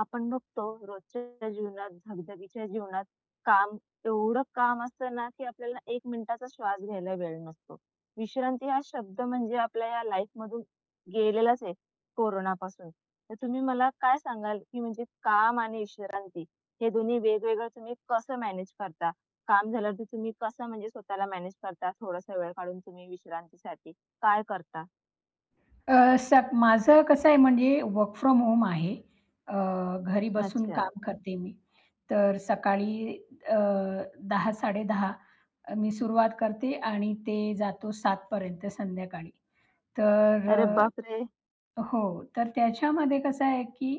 आपण बघतो रोजच्या जीवनात, धगधगीच्या जीवनात काम एवढं काम असतं ना, की आपल्याला 1 मिनिटाचा श्वास घ्यायला वेळ नसतो. विश्रांती हा शब्द म्हणजे आपल्या या लाईफमधून गेलेलाच आहे कोरोनापासून. तर तुम्ही मला काय सांगाल, की म्हणजे काम आणि विश्रांती हे दोन्ही वेगवेगळं तुम्ही कसं मॅनेज करता? काम झाल्यावरती तुम्ही कसं म्हणजे स्वतःला मॅनेज करता? थोडासा वेळ काढून तुम्ही विश्रांतीसाठी काय करता? अ, सग माझं कसं आहे म्हणजे वर्क फ्रॉम होम आहे. अ, घरी बसून अच्छा. काम करते मी. तर सकाळी अ, 10:00-10:30 मी सुरुवात करते आणि ते जातो 7:00 पर्यंत संध्याकाळी. तर अरे बापरे! हो. तर त्याच्यामध्ये कसं आहे, की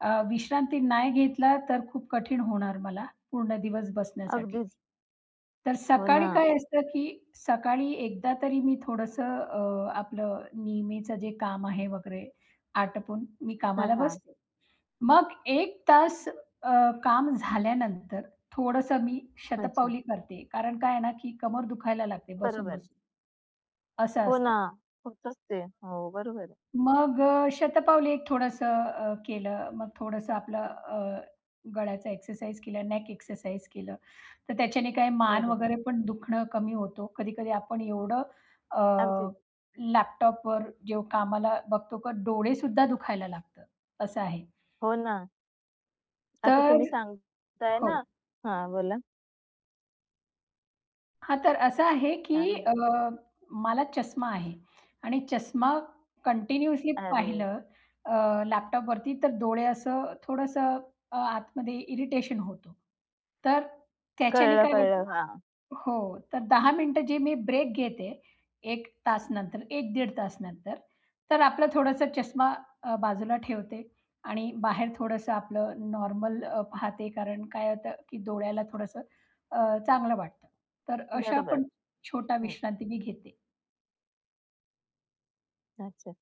विश्रांती नाही घेतला तर खूप कठीण होणार मला पूर्ण दिवस बसण्यासाठी. अगदीच. तर हो सकाळी ना. काय असतं, की सकाळी एकदा तरी मी थोडंसं आपलं नेहमीचं जे काम आहे वगैरे आटपून मी हां, कामाला हां. बसते. मग एक तास काम झाल्यानंतर थोडंसं मी अच्छा. शतपावली करते. कारण काय आहे ना, की कमर दुखायला लागते बरोबर. बसून-बसून, असं हो असतं. ना. होतच ते. हो, बरोबर आहे. मग शतपावली एक थोडंसं केलं. मग थोडंसं आपलं गळ्याचा एक्सरसाइज केला, नेक एक्सरसाइज केलं. तर त्याच्याने काय मान बरोबर. वगैरे पण दुखणं कमी होतो. कधी-कधी आपण एवढं अ, अगदीच. लॅपटॉपवर जेव्हा कामाला बघतो का डोळेसुद्धा दुखायला लागतं, असं आहे. हो ना. आता तर तुम्ही सांगताय हो. ना. हां, बोला. हां, तर असं आहे, काय की म्हण. मला चष्मा आहे आणि चष्मा कंटिन्युअसली अरे, पाहिलं लॅपटॉपवरती तर डोळे असं थोडंसं आतमध्ये इरिटेशन होतो. तर त्याच्याने कळलं, काय कळलं. होतं. हां, हो. तर 10 मिनिटं जे मी ब्रेक घेते एक तास नंतर, 1 तास नंतर, तर आपलं थोडंसं चष्मा बाजूला ठेवते आणि बाहेर थोडंसं आपलं नॉर्मल पाहते. कारण काय होतं, की डोळ्याला थोडंसं अ, चांगलं वाटतं. तर अशा बरोबर. पण छोटा हं, विश्रांती मी घेते. अच्छा.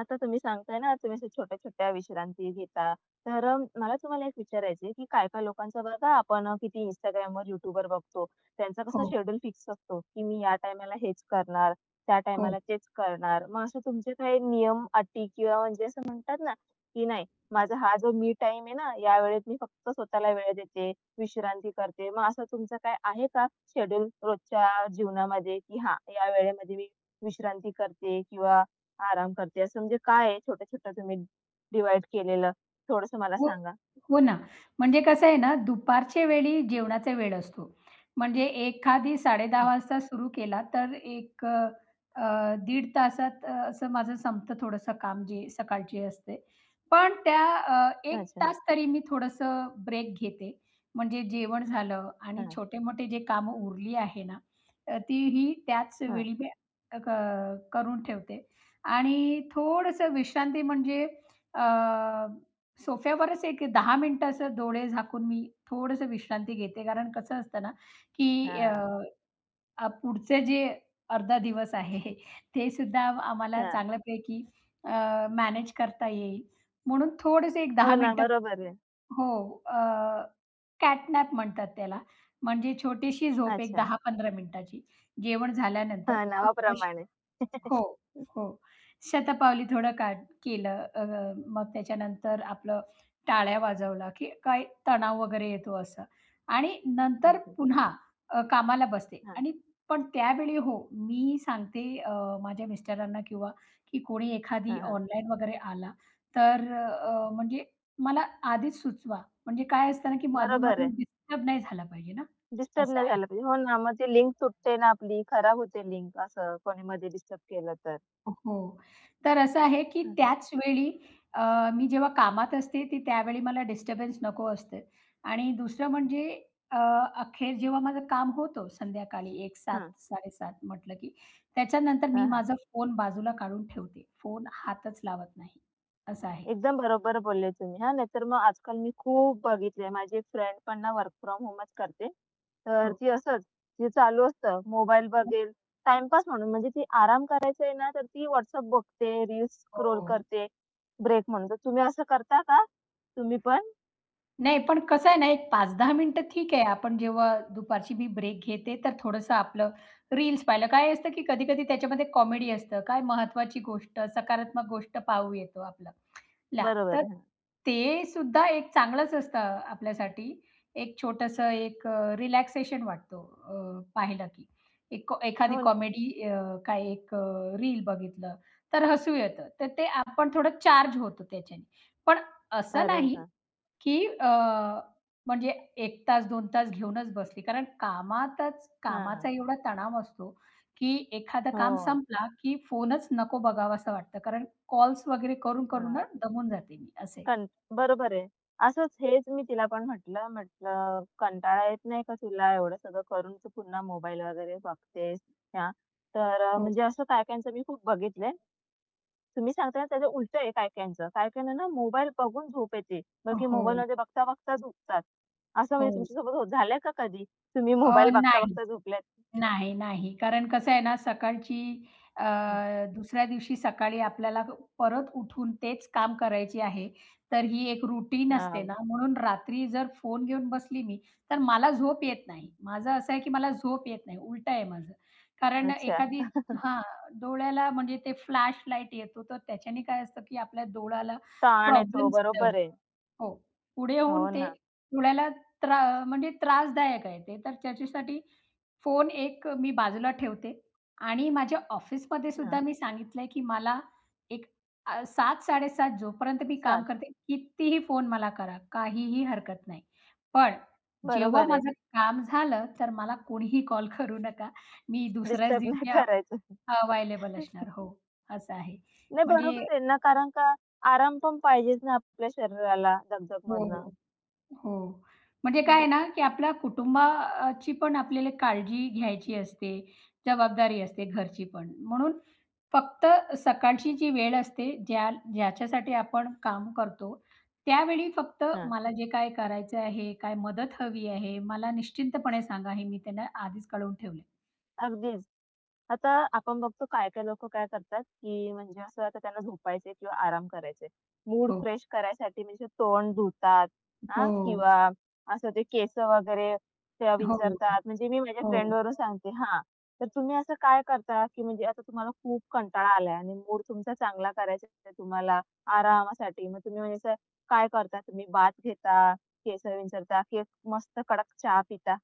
आता तुम्ही सांगताय ना, तुम्ही अशा छोट्या-छोट्या विश्रांती घेता. तर मला तुम्हाला एक विचारायचं आहे, की काय-काय लोकांचा बघा आपण किती Instagramवर, YouTubeवर बघतो. त्यांचा कसा हो, शेड्यूल फिक्स असतो, की मी या टायमाला हेच करणार, त्या हो. टायमाला तेच करणार. मग असे तुमचे काही नियम, अटी किंवा म्हणजे असं म्हणतात ना, की नाही माझा हा जो मी टाईम आहे ना, या वेळेत मी फक्त स्वतःला वेळ देते, विश्रांती करते. मग असं तुमचं काय आहे का शेड्यूल रोजच्या जीवनामध्ये, की हां, या वेळेमध्ये मी विश्रांती करते किंवा आराम करते असं म्हणजे काय आहे छोटं-छोटं तुम्ही डिव्हाईड केलेलं? थोडंसं मला हो, सांगा? हो ना. म्हणजे कसं आहे ना, दुपारच्या वेळी जेवणाचा वेळ असतो. म्हणजे एखादी 10:30 हं. वाजता सुरू केला, तर दीड तासात असं माझं संपतं थोडंसं काम जे सकाळचे असते. पण त्या 1 अच्छा. हं. तास तरी मी थोडंसं ब्रेक घेते. म्हणजे जेवण झालं आणि हां. छोटे-मोठे जे कामं उरली आहे ना, तीही त्याच वेळी मी अ, क करून ठेवते आणि थोडंसं विश्रांती म्हणजे सोफ्यावरच एक 10 मिनिटं असं डोळे झाकून मी थोडंसं विश्रांती घेते. कारण कसं असतं ना, की अ, हां. अ, पुढचे जे अर्धा दिवस आहे ते सुद्धा आम्हाला हां. चांगल्यापैकी अ, मॅनेज करता येईल. म्हणून थोडेसे एक 10 हो ना, मिनिटं. बरोबर आहे. हो, अ, कॅट नॅप म्हणतात त्याला. म्हणजे छोटीशी झोप, एक अच्छा. 10-15 मिनिटाची. जेवण झाल्यानंतर हां, थोडं. नावाप्रमाणे. हो, हो. शतपावली थोडं का केलं, मग त्याच्यानंतर आपलं टाळ्या वाजवला, की काही तणाव वगैरे येतो असं, आणि नंतर अगदी. पुन्हा कामाला बसते. हां. आणि पण त्यावेळी हो, मी सांगते माझ्या मिस्टरांना किंवा, की कोणी एखादी हां, हां. ऑनलाईन वगैरे आला, तर म्हणजे मला आधीच सुचवा. म्हणजे काय असतं ना, की अधून बरोबर आहे. डिस्टर्ब नाही झाला पाहिजे ना, डिस्टर्ब असं नाही आहे. झालं पाहिजे. हो ना, मग ती लिंक तुटते ना आपली, खराब होते लिंक असं कोणी मध्ये डिस्टर्ब केलं तर. हो. तर असं आहे, की हं, हं. त्याच वेळी अ, मी जेव्हा कामात असते, ती त्यावेळी मला डिस्टर्बन्स नको असते. आणि दुसरं म्हणजे अ, अखेर जेव्हा माझं काम होतं संध्याकाळी एक हां. 7:00-7:30 म्हटलं, की त्याच्यानंतर मी हां, हां. माझा फोन बाजूला काढून ठेवते. फोन हातच लावत नाही, असं आहे. एकदम बरोबर बोलले तुम्ही. हां, नाहीतर मग आजकाल मी खूप बघितलंय. माझी एक फ्रेंड पण ना वर्क फ्रॉम होमच करते. तर हो. ती असंच, ती चालू असतं मोबाईल बघेल, टाईमपास म्हणून म्हणजे ती आराम करायचा आहे ना, तर ती WhatsApp बघते, रील्स स्क्रोल हो. करते, ब्रेक म्हणून. तर तुम्ही असं करता का? तुम्ही पण? नाही, पण कसं आहे ना, एक 5-10 मिनिटं ठीक आहे. आपण जेव्हा दुपारची मी ब्रेक घेते, तर थोडंसं आपलं रील्स पाहिलं. काय असतं, की कधी-कधी त्याच्यामध्ये कॉमेडी असतं. काय महत्वाची गोष्ट, सकारात्मक गोष्ट पाहू येतो आपलं ला. तर बरोबर आहे. हां. ते सुद्धा एक चांगलंच असतं आपल्यासाठी. एक छोटंसं एक रिलॅक्सेशन वाटतो पाहिलं की. एक कॉ एखादी हो ना. कॉमेडी, काय एक रील बघितलं, तर हसू येतं. तर ते आपण थोडं चार्ज होतो त्याच्याने. पण असं नाही, बरोबर. की म्हणजे 1 तास 2 तास घेऊनच बसली. कारण कामातच हां. कामाचा हां. एवढा तणाव असतो, की एखादं काम हो. संपला, की फोनच नको बघावासा वाटतं. कारण कॉल्स वगैरे करून, करून ना हां. दमून जाते मी असे. कं. बरोबर आहे. असंच हेच मी तिला पण म्हटलं, म्हटलं, "कंटाळा येत नाही का तुला एवढं सगळं करून तू पुन्हा मोबाईल वगैरे बघतेस?" हां. तर हो. म्हणजे असं काही-काहींचं मी खूप बघितलंय. तुम्ही सांगता ना त्याचं उलटं आहे काही-काहींचं. काही-काहींना ना मोबाईल बघून झोप येते. बाकी हो, मोबाईलमध्ये बघता-बघता झोपतात. असं म्हणजे हो. तुमच्यासोबत हो झालंय का कधी? तुम्ही अ, मोबाईल नाही. बघता-बघता झोपल्यात? नाही, नाही. कारण कसं आहे ना, सकाळची अ, हं. दुसऱ्या दिवशी सकाळी आपल्याला परत उठून तेच काम करायचे आहे. तर ही एक रुटीन असते हां. ना, म्हणून रात्री जर फोन घेऊन बसली मी, तर मला झोप येत नाही. माझं असं आहे, की मला झोप येत नाही. उलटं आहे माझं. कारण अच्छा. एखादी, हां, डोळ्याला म्हणजे ते फ्लॅश लाईट येतो, तर त्याच्याने काय असतं, की आपल्या डोळ्याला ताण येतो. प्रॉब्लेम्स होतो. बरोबर आहे. हो. पुढे होऊन हो ते ना. पुण्याला त्रा म्हणजे त्रासदायक आहे ते. तर त्याच्यासाठी फोन एक मी बाजूला ठेवते आणि माझ्या ऑफिसमध्ये हां. सुद्धा मी सांगितलंय, की मला एक 7:00-7:30 जोपर्यंत मी काम चाल. करते, कितीही फोन मला करा, काहीही हरकत नाही. पण जेव्हा बरोबर आहे. माझं काम झालं, तर मला कोणीही कॉल करू नका. मी दुसऱ्याच डिस्टर्ब नाही दिवशी करायचं. अवेलेबल असणार. हो, असं आहे. नाही म्हणजे, बरोबर आहे ना, कारण का आराम पण पाहिजेच ना आपल्या शरीराला दगदगमधनं. हो. हो. म्हणजे काय हं. आहे ना, की आपल्या कुटुंबाची पण आपल्याला काळजी घ्यायची असते, जबाबदारी असते घरची पण. म्हणून फक्त सकाळची जी वेळ असते, ज्या ज्याच्यासाठी आपण काम करतो, त्यावेळी फक्त हां. मला जे काय करायचं आहे, काय मदत हवी आहे, मला निश्चिंतपणे सांगा, हे मी त्यांना आधीच कळवून ठेवले. अगदीच. आता आपण बघतो काय-काय लोकं काय करतात, की म्हणजे असं आता त्यांना झोपायचंय किंवा आराम करायचाय. मूड हो. फ्रेश करायसाठी म्हणजे तोंड धुतात हां हो. किंवा असं ते केसं वगैरे ते हो, विंचरतात. म्हणजे मी माझ्या हो. फ्रेंडवरून सांगते हां. तर तुम्ही असं काय करता, की म्हणजे आता तुम्हाला खूप कंटाळा आलाय आणि मूड तुमचा चांगला करायचा आहे तुम्हाला आरामासाठी. मग तुम्ही म्हणजे असं काय करता? तुम्ही बाथ घेता, केस विंचरता की एक मस्त कडक चहा पिता?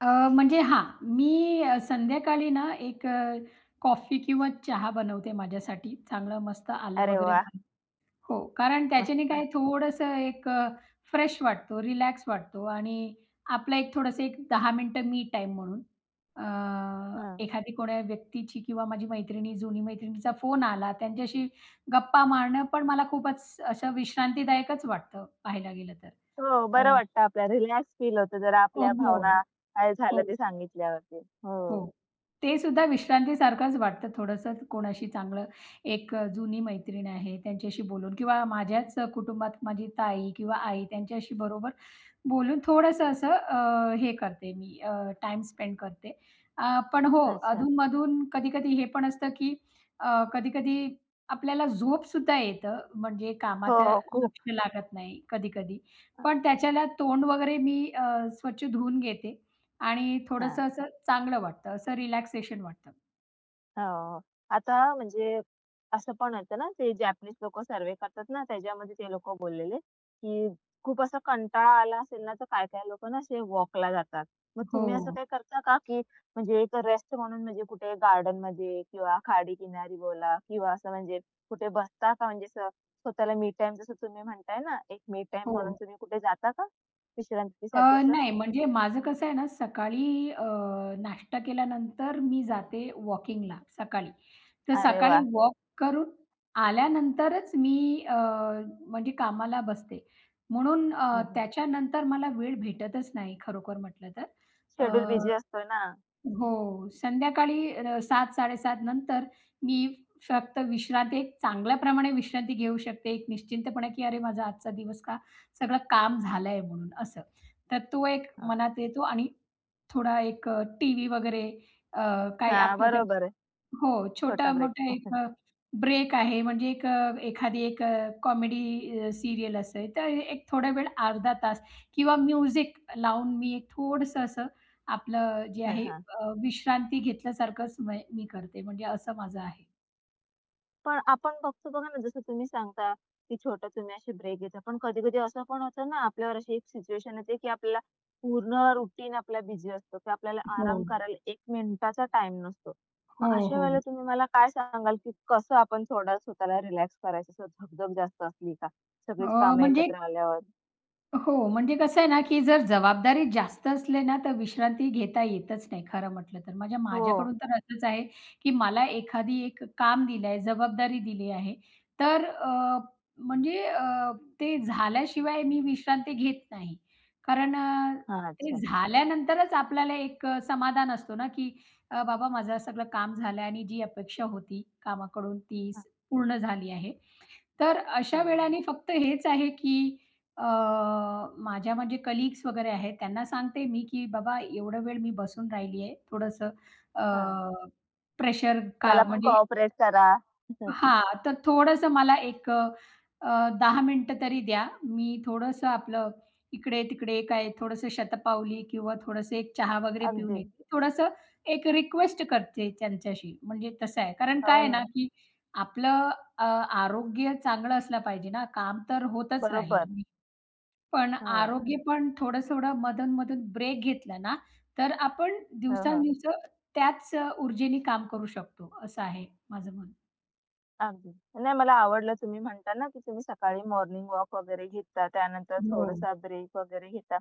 अ, म्हणजे, हां, मी संध्याकाळी ना एक कॉफी किंवा चहा बनवते माझ्यासाठी. चांगलं मस्त आलं अरे वगैरे वाह! घालून. हो, कारण त्याच्याने मस्त. काय थोडंसं एक फ्रेश वाटतो, रिलॅक्स वाटतो, आणि आपला एक थोडंसं एक 10 मिनिटं मी टाईम म्हणून एखादी कोण्या व्यक्तीची किंवा माझी मैत्रिणी, जुनी मैत्रिणीचा फोन आला, त्यांच्याशी गप्पा मारणं पण मला खूपच असं विश्रांतीदायकच वाटतं पाहायला गेलं तर. हो, अ, बरं वाटतं आपल्याला रिलॅक्स फील होतं जरा हो, आपल्या हो. भावना काय झालं हो. ते सांगितल्यावरती. हो, हो. ते सुद्धा विश्रांतीसारखंच वाटतं, थोडंसं कोणाशी चांगलं एक जुनी मैत्रीण आहे त्यांच्याशी बोलून किंवा माझ्याच कुटुंबात माझी ताई किंवा आई त्यांच्याशी बरोबर बोलून थोडंसं असं हे करते मी, टाइम स्पेंड करते. पण हो, अच्छा. अधून-मधून कधी-कधी हे पण असतं, की कधी-कधी आपल्याला झोपसुद्धा येतं, म्हणजे हो, कामात खूप. लक्ष लागत नाही कधी-कधी. अ, पण त्याच्याला तोंड वगैरे मी स्वच्छ धुवून घेते आणि हां. थोडंसं असं चांगलं वाटतं, असं रिलॅक्सेशन वाटतं. हो. आता म्हणजे असं पण होतं ना, ते जॅपनीज लोकं सर्व्हे करतात ना, त्याच्यामध्ये ते लोकं बोललेले, की खूप असा कंटाळा आला असेल ना, तर काही-काही लोकं ना असे वॉकला जातात. मग तुम्ही असं हो, काही करता का, की म्हणजे एक रेस्ट म्हणून म्हणजे कुठे गार्डनमध्ये किंवा खाडी किनारी बोला किंवा असं म्हणजे कुठे बसता का? म्हणजे असं स्वतःला मी टाईम जसं तुम्ही म्हणताय ना, एक मी टाईम हो. म्हणून तुम्ही कुठे जाता का? अ, विश्रांतीसाठी असं? नाही, म्हणजे माझं कसं आहे ना, सकाळी नाश्ता केल्यानंतर मी जाते वॉकिंगला सकाळी. तर अरे सकाळी वाह! वॉक करून आल्यानंतरच मी म्हणजे कामाला बसते. म्हणून त्याच्यानंतर मला वेळ भेटतच नाही खरोखर म्हटलं तर. शेड्यूल बिझी अ असतोय ना. हो. संध्याकाळी 7:00-7:30 नंतर मी फक्त विश्रांती, एक चांगल्या प्रमाणे विश्रांती घेऊ शकते. एक निश्चिंतपणे, की "अरे, माझा आजचा दिवस का सगळं काम झालंय", म्हणून असं. तर तो एक हां. मनात येतो आणि थोडा एक टीव्ही वगैरे अ, काही हां, आपलं, बरोबर आहे. हो, छोटा ब्रेक. छोटा-मोठा एक ब्रेक आहे. म्हणजे एक एखादी एक कॉमेडी सीरियल असेल, तर एक थोडा वेळ अर्धा तास किंवा म्युझिक लावून मी एक थोडंसं असं आपलं जे हां, आहे हां. विश्रांती घेतल्यासारखंच मी करते. म्हणजे असं माझं आहे. पण आपण बघतो बघा ना, जसं तुम्ही सांगता, की छोटा तुम्ही असे ब्रेक घेता. पण कधी-कधी असं पण होतं ना, आपल्यावर अशी एक सिच्युएशन येते, की आपल्याला पूर्ण रुटीन आपला बिझी असतो, की आपल्याला हो. आराम करायला 1 मिनिटाचा टाईम नसतो. मग हो, अशा हो. वेळेला तुम्ही मला काय सांगाल, की कसं आपण थोडा स्वतःला रिलॅक्स करायचं? असं धगधग जास्त असली का? सगळीच कामं म्हणजे, एकत्र आल्यावर? हो, म्हणजे कसं आहे ना, की जर जबाबदारी जास्त असले ना, तर विश्रांती घेता येतच नाही खरं म्हटलं तर. म्हणजे हो. माझ्याकडून तर असंच आहे, की मला एखादी एक काम दिलं, जबाबदारी दिली आहे, तर म्हणजे ते झाल्याशिवाय मी विश्रांती घेत नाही. कारण हां, ते अच्छा. झाल्यानंतरच आपल्याला एक समाधान असतो ना, की बाबा माझं सगळं काम झालं आणि जी अपेक्षा होती कामाकडून ती हां, पूर्ण झाली आहे. तर अशा बरोबर. वेळाने फक्त हेच आहे, की अ, माझ्या म्हणजे कलीग्स वगैरे आहेत, त्यांना सांगते मी, की "बाबा एवढा वेळ मी बसून राहिली आहे. थोडंसं अ, हां. प्रेशर का मला पण म्हणजे, कोऑपरेट करा. हां, तर थोडंसं मला एक 10 मिनिटं तरी द्या. मी थोडंसं आपलं इकडे-तिकडे काय थोडंसं शतपावली किंवा थोडंसं एक चहा वगैरे पिऊन अगदी. येते." थोडंसं एक रिक्वेस्ट करते त्यांच्याशी. म्हणजे तसं आहे. कारण काय हो आहे ना, ना. की आपलं अ, आरोग्य चांगलं असलं पाहिजे ना. काम तर होतच बरोबर. राहील. पण हो. आरोग्य पण थोडं-थोडं मधून-मधून ब्रेक घेतला ना, तर आपण हां, हां. दिवसांदिवस त्याच ऊर्जेने काम करू शकतो, असं आहे माझं मत. अगदी. नाही मला आवडलं तुम्ही म्हणता ना, की तुम्ही सकाळी मॉर्निंग वॉक वगैरे घेता, त्यानंतर हो. थोडासा ब्रेक वगैरे घेता.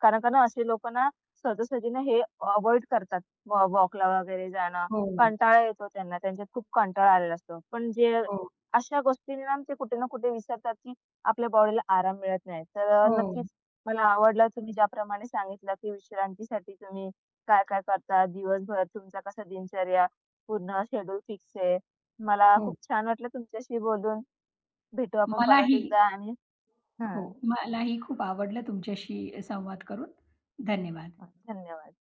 कारण का ना असे लोकं ना सहजासहजी ना हे अव्हॉइड करतात वॉ वॉकला वगैरे जाणं. हो, कंटाळा येतो त्यांना, त्यांच्यात खूप कंटाळा आलेला असतो. पण जे हो, अशा गोष्टींनी ना ते कुठे ना कुठे विसरतात, की आपल्या बॉडीला आराम मिळत नाही. तर हो, नक्कीच मला आवडलं तुम्ही ज्याप्रमाणे सांगितलं, की विश्रांतीसाठी तुम्ही काय-काय करता, दिवसभर तुमचा कसा दिनचर्या, पूर्ण शेड्यूल फिक्स आहे. मला हो. खूप छान वाटलं तुमच्याशी बोलून. भेटू आपण परत मलाही, एकदा आणि हो, मलाही खूप आवडलं तुमच्याशी संवाद करून. धन्यवाद. हां, धन्यवाद.